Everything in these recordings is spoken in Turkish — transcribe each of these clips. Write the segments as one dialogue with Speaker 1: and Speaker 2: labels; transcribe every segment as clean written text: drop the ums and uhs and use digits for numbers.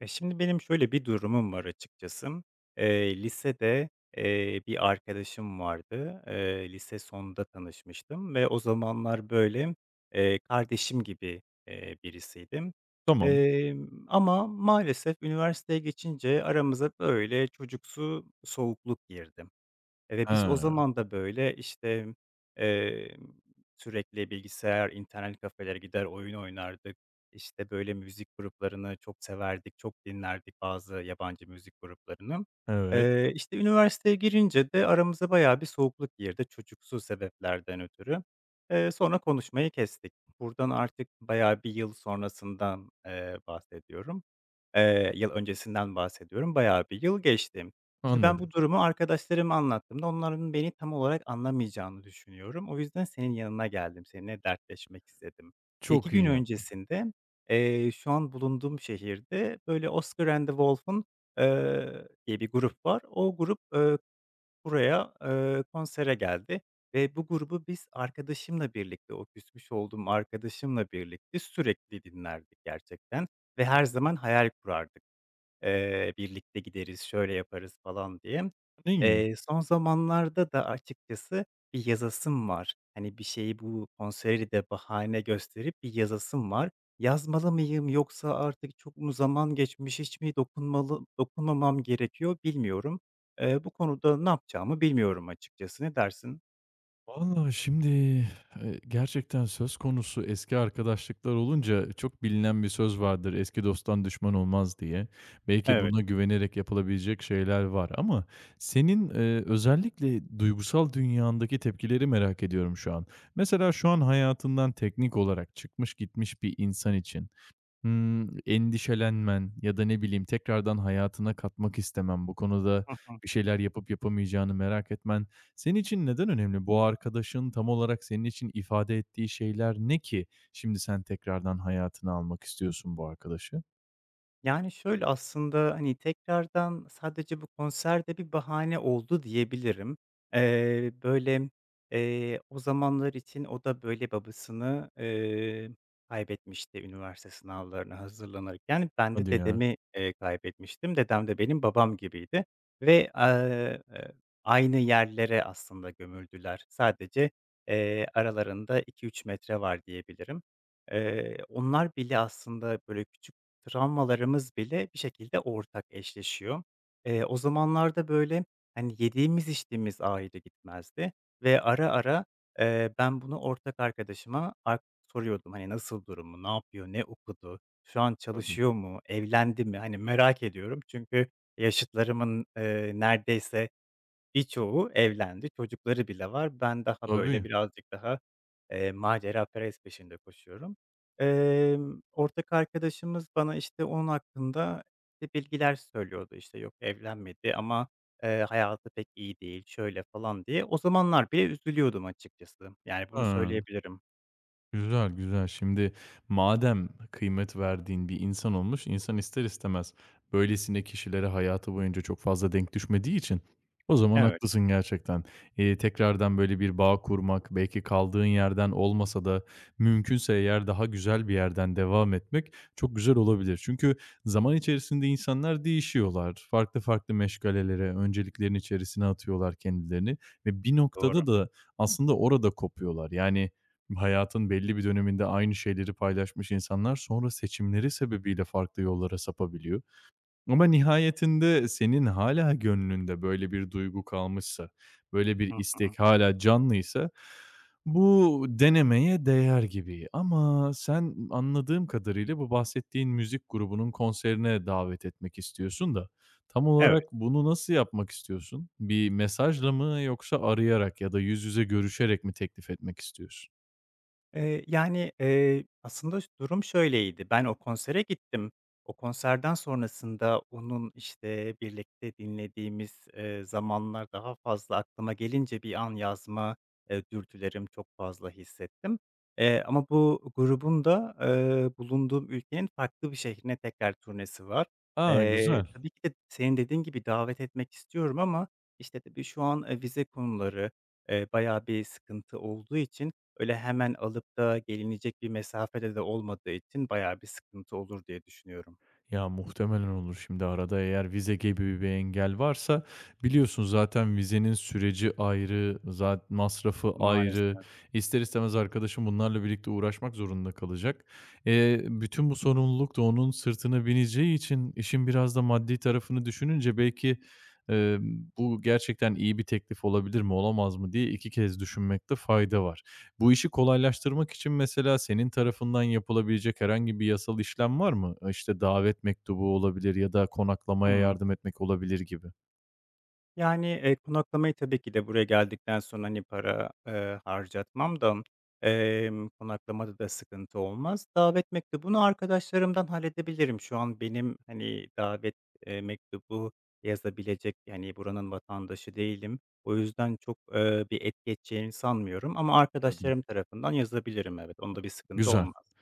Speaker 1: Şimdi benim şöyle bir durumum var açıkçası. Lisede, bir arkadaşım vardı. Lise sonunda tanışmıştım ve o zamanlar, böyle, kardeşim gibi, birisiydi.
Speaker 2: Tamam.
Speaker 1: Ama maalesef üniversiteye geçince aramıza böyle çocuksu soğukluk girdi. Ve biz o
Speaker 2: Ha,
Speaker 1: zaman da, böyle, işte, emm, sürekli bilgisayar, internet kafelere gider, oyun oynardık. İşte, böyle, müzik gruplarını çok severdik, çok dinlerdik bazı yabancı müzik gruplarını.
Speaker 2: evet,
Speaker 1: İşte, üniversiteye girince de aramıza bayağı bir soğukluk girdi çocuksu sebeplerden ötürü. Sonra konuşmayı kestik. Buradan artık bayağı bir yıl sonrasından, bahsediyorum. Yıl öncesinden bahsediyorum, bayağı bir yıl geçti. Şimdi ben bu
Speaker 2: anladım.
Speaker 1: durumu arkadaşlarıma anlattığımda onların beni tam olarak anlamayacağını düşünüyorum. O yüzden senin yanına geldim, seninle dertleşmek istedim. 2
Speaker 2: Çok
Speaker 1: gün
Speaker 2: iyi yaptın.
Speaker 1: öncesinde, şu an bulunduğum şehirde böyle Oscar and the Wolf'un, diye bir grup var. O grup, buraya, konsere geldi ve bu grubu biz arkadaşımla birlikte, o küsmüş olduğum arkadaşımla birlikte sürekli dinlerdik gerçekten ve her zaman hayal kurardık. Birlikte gideriz, şöyle yaparız falan diye.
Speaker 2: Ne iyi.
Speaker 1: Son zamanlarda da açıkçası bir yazasım var. Hani, bir şeyi bu konseri de bahane gösterip bir yazasım var. Yazmalı mıyım yoksa artık çok mu zaman geçmiş, hiç mi dokunmalı dokunmamam gerekiyor bilmiyorum. Bu konuda ne yapacağımı bilmiyorum açıkçası. Ne dersin?
Speaker 2: Valla şimdi, gerçekten söz konusu eski arkadaşlıklar olunca çok bilinen bir söz vardır, "Eski dosttan düşman olmaz." diye. Belki
Speaker 1: Evet.
Speaker 2: buna güvenerek yapılabilecek şeyler var ama senin, özellikle duygusal dünyandaki tepkileri merak ediyorum şu an. Mesela şu an hayatından teknik olarak çıkmış gitmiş bir insan için hımm, endişelenmen ya da ne bileyim tekrardan hayatına katmak istemen, bu konuda bir şeyler yapıp yapamayacağını merak etmen senin için neden önemli? Bu arkadaşın tam olarak senin için ifade ettiği şeyler ne ki şimdi sen tekrardan hayatına almak istiyorsun bu arkadaşı?
Speaker 1: Yani, şöyle aslında, hani, tekrardan sadece bu konserde bir bahane oldu diyebilirim. Böyle, o zamanlar için o da, böyle, babasını, kaybetmişti üniversite sınavlarına hazırlanırken. Yani, ben de
Speaker 2: Hadi ya.
Speaker 1: dedemi, kaybetmiştim. Dedem de benim babam gibiydi ve, aynı yerlere aslında gömüldüler. Sadece, aralarında iki üç metre var diyebilirim. Onlar bile aslında, böyle, küçük travmalarımız bile bir şekilde ortak eşleşiyor. O zamanlarda, böyle, hani, yediğimiz içtiğimiz ayrı gitmezdi ve ara ara, ben bunu ortak arkadaşıma soruyordum. Hani, nasıl durumu, ne yapıyor, ne okudu, şu an
Speaker 2: Anladım.
Speaker 1: çalışıyor mu, evlendi mi? Hani, merak ediyorum çünkü yaşıtlarımın, neredeyse birçoğu evlendi, çocukları bile var. Ben daha böyle
Speaker 2: Tabii.
Speaker 1: birazcık daha, maceraperest peşinde koşuyorum. Ortak arkadaşımız bana, işte, onun hakkında, işte, bilgiler söylüyordu. İşte, yok evlenmedi ama, hayatı pek iyi değil, şöyle falan diye. O zamanlar bile üzülüyordum açıkçası. Yani bunu
Speaker 2: He.
Speaker 1: söyleyebilirim.
Speaker 2: Güzel, güzel. Şimdi madem kıymet verdiğin bir insan olmuş, insan ister istemez böylesine kişilere hayatı boyunca çok fazla denk düşmediği için o zaman
Speaker 1: Evet,
Speaker 2: haklısın gerçekten. Tekrardan böyle bir bağ kurmak, belki kaldığın yerden olmasa da mümkünse eğer daha güzel bir yerden devam etmek çok güzel olabilir. Çünkü zaman içerisinde insanlar değişiyorlar. Farklı farklı meşgalelere, önceliklerin içerisine atıyorlar kendilerini ve bir
Speaker 1: doğru.
Speaker 2: noktada da aslında orada kopuyorlar. Yani hayatın belli bir döneminde aynı şeyleri paylaşmış insanlar sonra seçimleri sebebiyle farklı yollara sapabiliyor. Ama nihayetinde senin hala gönlünde böyle bir duygu kalmışsa, böyle
Speaker 1: Hı
Speaker 2: bir
Speaker 1: hı.
Speaker 2: istek hâlâ canlıysa bu denemeye değer gibi. Ama sen anladığım kadarıyla bu bahsettiğin müzik grubunun konserine davet etmek istiyorsun da tam
Speaker 1: Evet.
Speaker 2: olarak bunu nasıl yapmak istiyorsun? Bir mesajla mı yoksa arayarak ya da yüz yüze görüşerek mi teklif etmek istiyorsun?
Speaker 1: Yani, aslında durum şöyleydi: Ben o konsere gittim. O konserden sonrasında onun, işte, birlikte dinlediğimiz, zamanlar daha fazla aklıma gelince bir an yazma, dürtülerim çok fazla hissettim. Ama bu grubun da, bulunduğum ülkenin farklı bir şehrine tekrar turnesi var.
Speaker 2: A! Güzel.
Speaker 1: Tabii ki de senin dediğin gibi davet etmek istiyorum ama, işte, tabii şu an, vize konuları, bayağı bir sıkıntı olduğu için öyle hemen alıp da gelinecek bir mesafede de olmadığı için bayağı bir sıkıntı olur diye düşünüyorum.
Speaker 2: Ya, muhtemelen olur. Şimdi arada eğer vize gibi bir engel varsa biliyorsun zaten vizenin süreci ayrı, zat masrafı ayrı.
Speaker 1: Maalesef.
Speaker 2: İster istemez arkadaşın bunlarla birlikte uğraşmak zorunda kalacak. Bütün bu sorumluluk da onun sırtına bineceği için işin biraz da maddi tarafını düşününce belki, bu gerçekten iyi bir teklif olabilir mi, olamaz mı diye 2 kez düşünmekte fayda var. Bu işi kolaylaştırmak için mesela senin tarafından yapılabilecek herhangi bir yasal işlem var mı? E, İşte davet mektubu olabilir ya da konaklamaya
Speaker 1: Hımm.
Speaker 2: yardım etmek olabilir gibi.
Speaker 1: Yani, konaklamayı tabii ki de buraya geldikten sonra, hani, para, harcatmam da, konaklamada da sıkıntı olmaz. Davet mektubunu arkadaşlarımdan halledebilirim. Şu an benim, hani, davet, mektubu yazabilecek, yani, buranın vatandaşı değilim. O yüzden çok, bir etki edeceğini sanmıyorum ama
Speaker 2: Anladım.
Speaker 1: arkadaşlarım tarafından yazabilirim, evet. Onda bir sıkıntı
Speaker 2: Güzel.
Speaker 1: olmaz.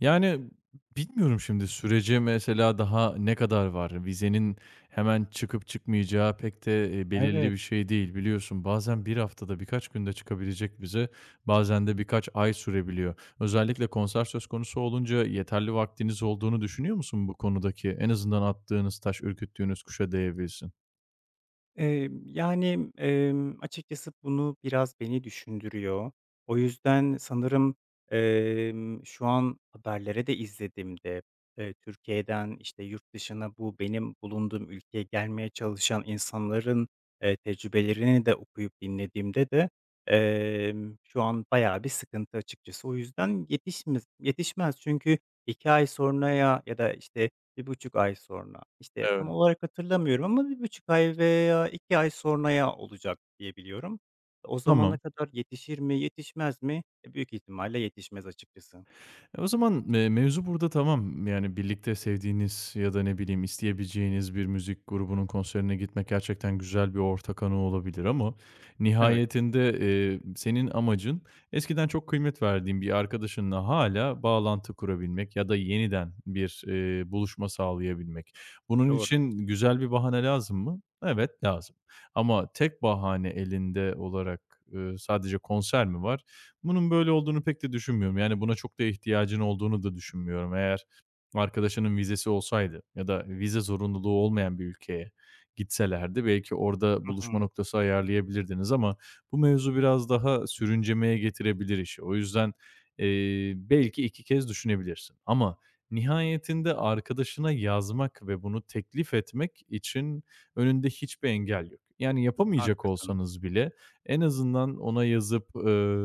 Speaker 2: Yani, bilmiyorum şimdi sürece mesela daha ne kadar var? Vizenin hemen çıkıp çıkmayacağı pek de, belirli
Speaker 1: Evet,
Speaker 2: bir şey değil. Biliyorsun bazen bir haftada, birkaç günde çıkabilecek vize, bazen de birkaç ay sürebiliyor. Özellikle konser söz konusu olunca yeterli vaktiniz olduğunu düşünüyor musun bu konudaki? En azından attığınız taş ürküttüğünüz kuşa değebilsin.
Speaker 1: yani, açıkçası bunu biraz beni düşündürüyor. O yüzden sanırım, şu an haberlere de izlediğimde, Türkiye'den, işte, yurt dışına bu benim bulunduğum ülkeye gelmeye çalışan insanların, tecrübelerini de okuyup dinlediğimde de, şu an bayağı bir sıkıntı açıkçası. O yüzden yetişmez, yetişmez çünkü 2 ay sonraya ya da, işte bir buçuk ay sonra, işte, tam
Speaker 2: Evet.
Speaker 1: olarak hatırlamıyorum ama bir buçuk ay veya 2 ay sonraya olacak diye biliyorum. O zamana
Speaker 2: Tamam.
Speaker 1: kadar yetişir mi, yetişmez mi? E, büyük ihtimalle yetişmez açıkçası.
Speaker 2: E, o zaman, mevzu burada tamam. Yani birlikte sevdiğiniz ya da ne bileyim isteyebileceğiniz bir müzik grubunun konserine gitmek gerçekten güzel bir ortak anı olabilir ama
Speaker 1: Evet,
Speaker 2: nihayetinde, senin amacın eskiden çok kıymet verdiğin bir arkadaşınla hala bağlantı kurabilmek ya da yeniden bir, buluşma sağlayabilmek. Bunun
Speaker 1: doğru.
Speaker 2: için güzel bir bahane lazım mı? Evet, lazım. Ama tek bahane elinde olarak, sadece konser mi var? Bunun böyle olduğunu pek de düşünmüyorum. Yani, buna çok da ihtiyacın olduğunu da düşünmüyorum. Eğer arkadaşının vizesi olsaydı ya da vize zorunluluğu olmayan bir ülkeye gitselerdi belki orada
Speaker 1: Hı
Speaker 2: buluşma
Speaker 1: hı.
Speaker 2: noktası ayarlayabilirdiniz ama bu mevzu biraz daha sürüncemeye getirebilir işi. O yüzden, belki 2 kez düşünebilirsin ama nihayetinde arkadaşına yazmak ve bunu teklif etmek için önünde hiçbir engel yok. Yani, yapamayacak
Speaker 1: Haklısın.
Speaker 2: olsanız bile en azından ona yazıp,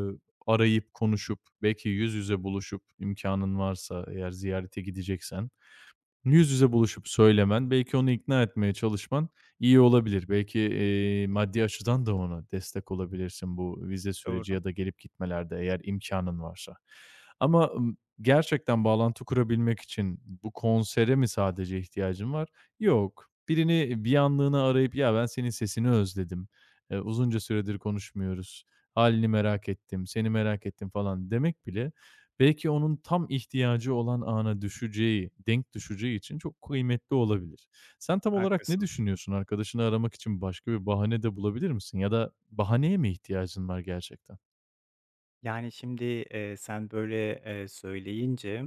Speaker 2: arayıp konuşup belki yüz yüze buluşup imkanın varsa eğer ziyarete gideceksen, yüz yüze buluşup söylemen, belki onu ikna etmeye çalışman iyi olabilir. Belki, maddi açıdan da ona destek olabilirsin bu vize süreci
Speaker 1: Doğru,
Speaker 2: ya da gelip gitmelerde eğer imkanın varsa. Ama, gerçekten bağlantı kurabilmek için bu konsere mi sadece ihtiyacın var? Yok. Birini bir anlığına arayıp "Ya, ben senin sesini özledim, uzunca süredir konuşmuyoruz, halini merak ettim, seni merak ettim." falan demek bile belki onun tam ihtiyacı olan ana düşeceği, denk düşeceği için çok kıymetli olabilir. Sen tam olarak ne
Speaker 1: haklısın.
Speaker 2: düşünüyorsun? Arkadaşını aramak için başka bir bahane de bulabilir misin ya da bahaneye mi ihtiyacın var gerçekten?
Speaker 1: Yani, şimdi, sen böyle, söyleyince,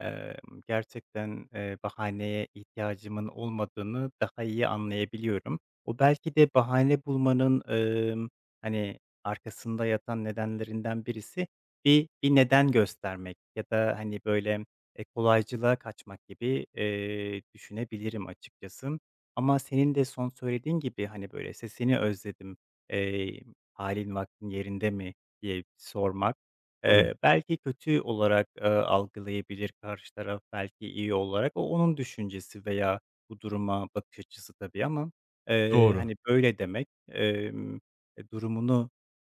Speaker 1: gerçekten, bahaneye ihtiyacımın olmadığını daha iyi anlayabiliyorum. O belki de bahane bulmanın, hani, arkasında yatan nedenlerinden birisi bir neden göstermek ya da, hani, böyle, kolaycılığa kaçmak gibi, düşünebilirim açıkçası. Ama senin de son söylediğin gibi, hani, böyle, "Sesini özledim, eee, hâlin vaktin yerinde mi?" diye sormak,
Speaker 2: Tabii,
Speaker 1: belki kötü olarak, algılayabilir karşı taraf, belki iyi olarak. O onun düşüncesi veya bu duruma bakış açısı tabii ama,
Speaker 2: doğru.
Speaker 1: hani, böyle demek, durumunu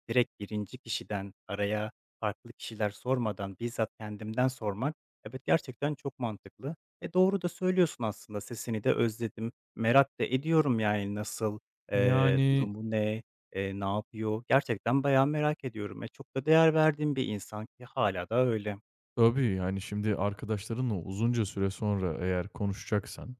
Speaker 1: direkt birinci kişiden araya farklı kişiler sormadan bizzat kendimden sormak, evet, gerçekten çok mantıklı. E, doğru da söylüyorsun aslında, sesini de özledim, merak da ediyorum, yani, nasıl,
Speaker 2: Yani,
Speaker 1: durumu ne? Ne yapıyor? Gerçekten bayağı merak ediyorum. E, çok da değer verdiğim bir insan ki hala da öyle.
Speaker 2: tabii, yani, şimdi arkadaşlarınla uzunca süre sonra eğer konuşacaksan,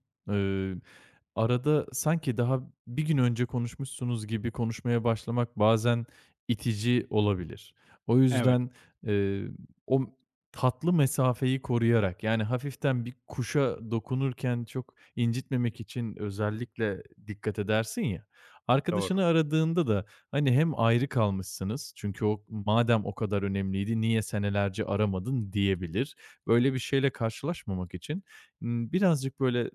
Speaker 2: arada sanki daha bir gün önce konuşmuşsunuz gibi konuşmaya başlamak bazen itici olabilir. O
Speaker 1: Evet,
Speaker 2: yüzden, eee, o tatlı mesafeyi koruyarak, yani, hafiften bir kuşa dokunurken çok incitmemek için özellikle dikkat edersin ya,
Speaker 1: doğru.
Speaker 2: arkadaşını aradığında da, hani, hem ayrı kalmışsınız çünkü o madem o kadar önemliydi niye senelerce aramadın diyebilir. Böyle bir şeyle karşılaşmamak için, birazcık böyle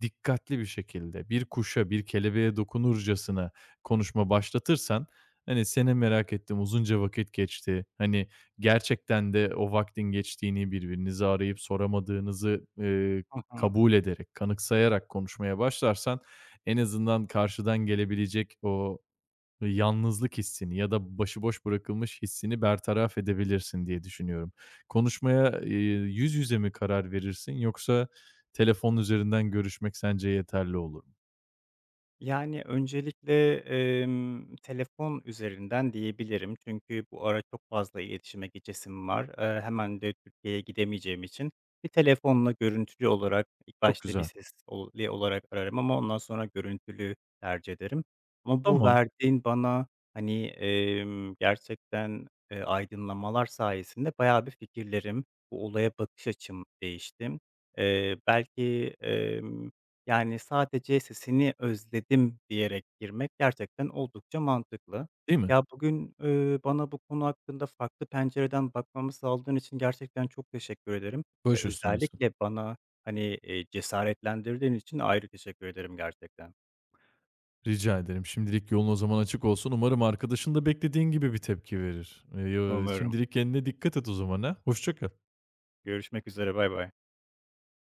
Speaker 2: dikkatli bir şekilde bir kuşa, bir kelebeğe dokunurcasına konuşma başlatırsan, hani, seni merak ettim uzunca vakit geçti, hani, gerçekten de o vaktin geçtiğini, birbirinizi arayıp soramadığınızı,
Speaker 1: Hı hı.
Speaker 2: kabul ederek, kanıksayarak konuşmaya başlarsan en azından karşıdan gelebilecek o ve yalnızlık hissini ya da başıboş bırakılmış hissini bertaraf edebilirsin diye düşünüyorum. Konuşmaya, yüz yüze mi karar verirsin yoksa telefon üzerinden görüşmek sence yeterli olur mu?
Speaker 1: Yani, öncelikle, telefon üzerinden diyebilirim. Çünkü bu ara çok fazla iletişime geçesim var. Hemen de Türkiye'ye gidemeyeceğim için bir telefonla görüntülü olarak ilk
Speaker 2: Çok
Speaker 1: başta bir
Speaker 2: güzel.
Speaker 1: sesli olarak ararım ama ondan sonra görüntülü tercih ederim. Ama bu
Speaker 2: Tamam,
Speaker 1: verdiğin bana, hani, gerçekten, aydınlamalar sayesinde bayağı bir fikirlerim, bu olaya bakış açım değişti. Belki, yani, sadece sesini özledim diyerek girmek gerçekten oldukça mantıklı.
Speaker 2: değil mi?
Speaker 1: Ya, bugün, bana bu konu hakkında farklı pencereden bakmamı sağladığın için gerçekten çok teşekkür ederim ve
Speaker 2: Baş üstünesin.
Speaker 1: özellikle bana, hani, cesaretlendirdiğin için ayrı teşekkür ederim gerçekten.
Speaker 2: Rica ederim. Şimdilik yolun o zaman açık olsun. Umarım arkadaşın da beklediğin gibi bir tepki verir. Yo
Speaker 1: Umarım.
Speaker 2: şimdilik kendine dikkat et o zaman ha. Hoşça kal.
Speaker 1: Görüşmek üzere, baybay.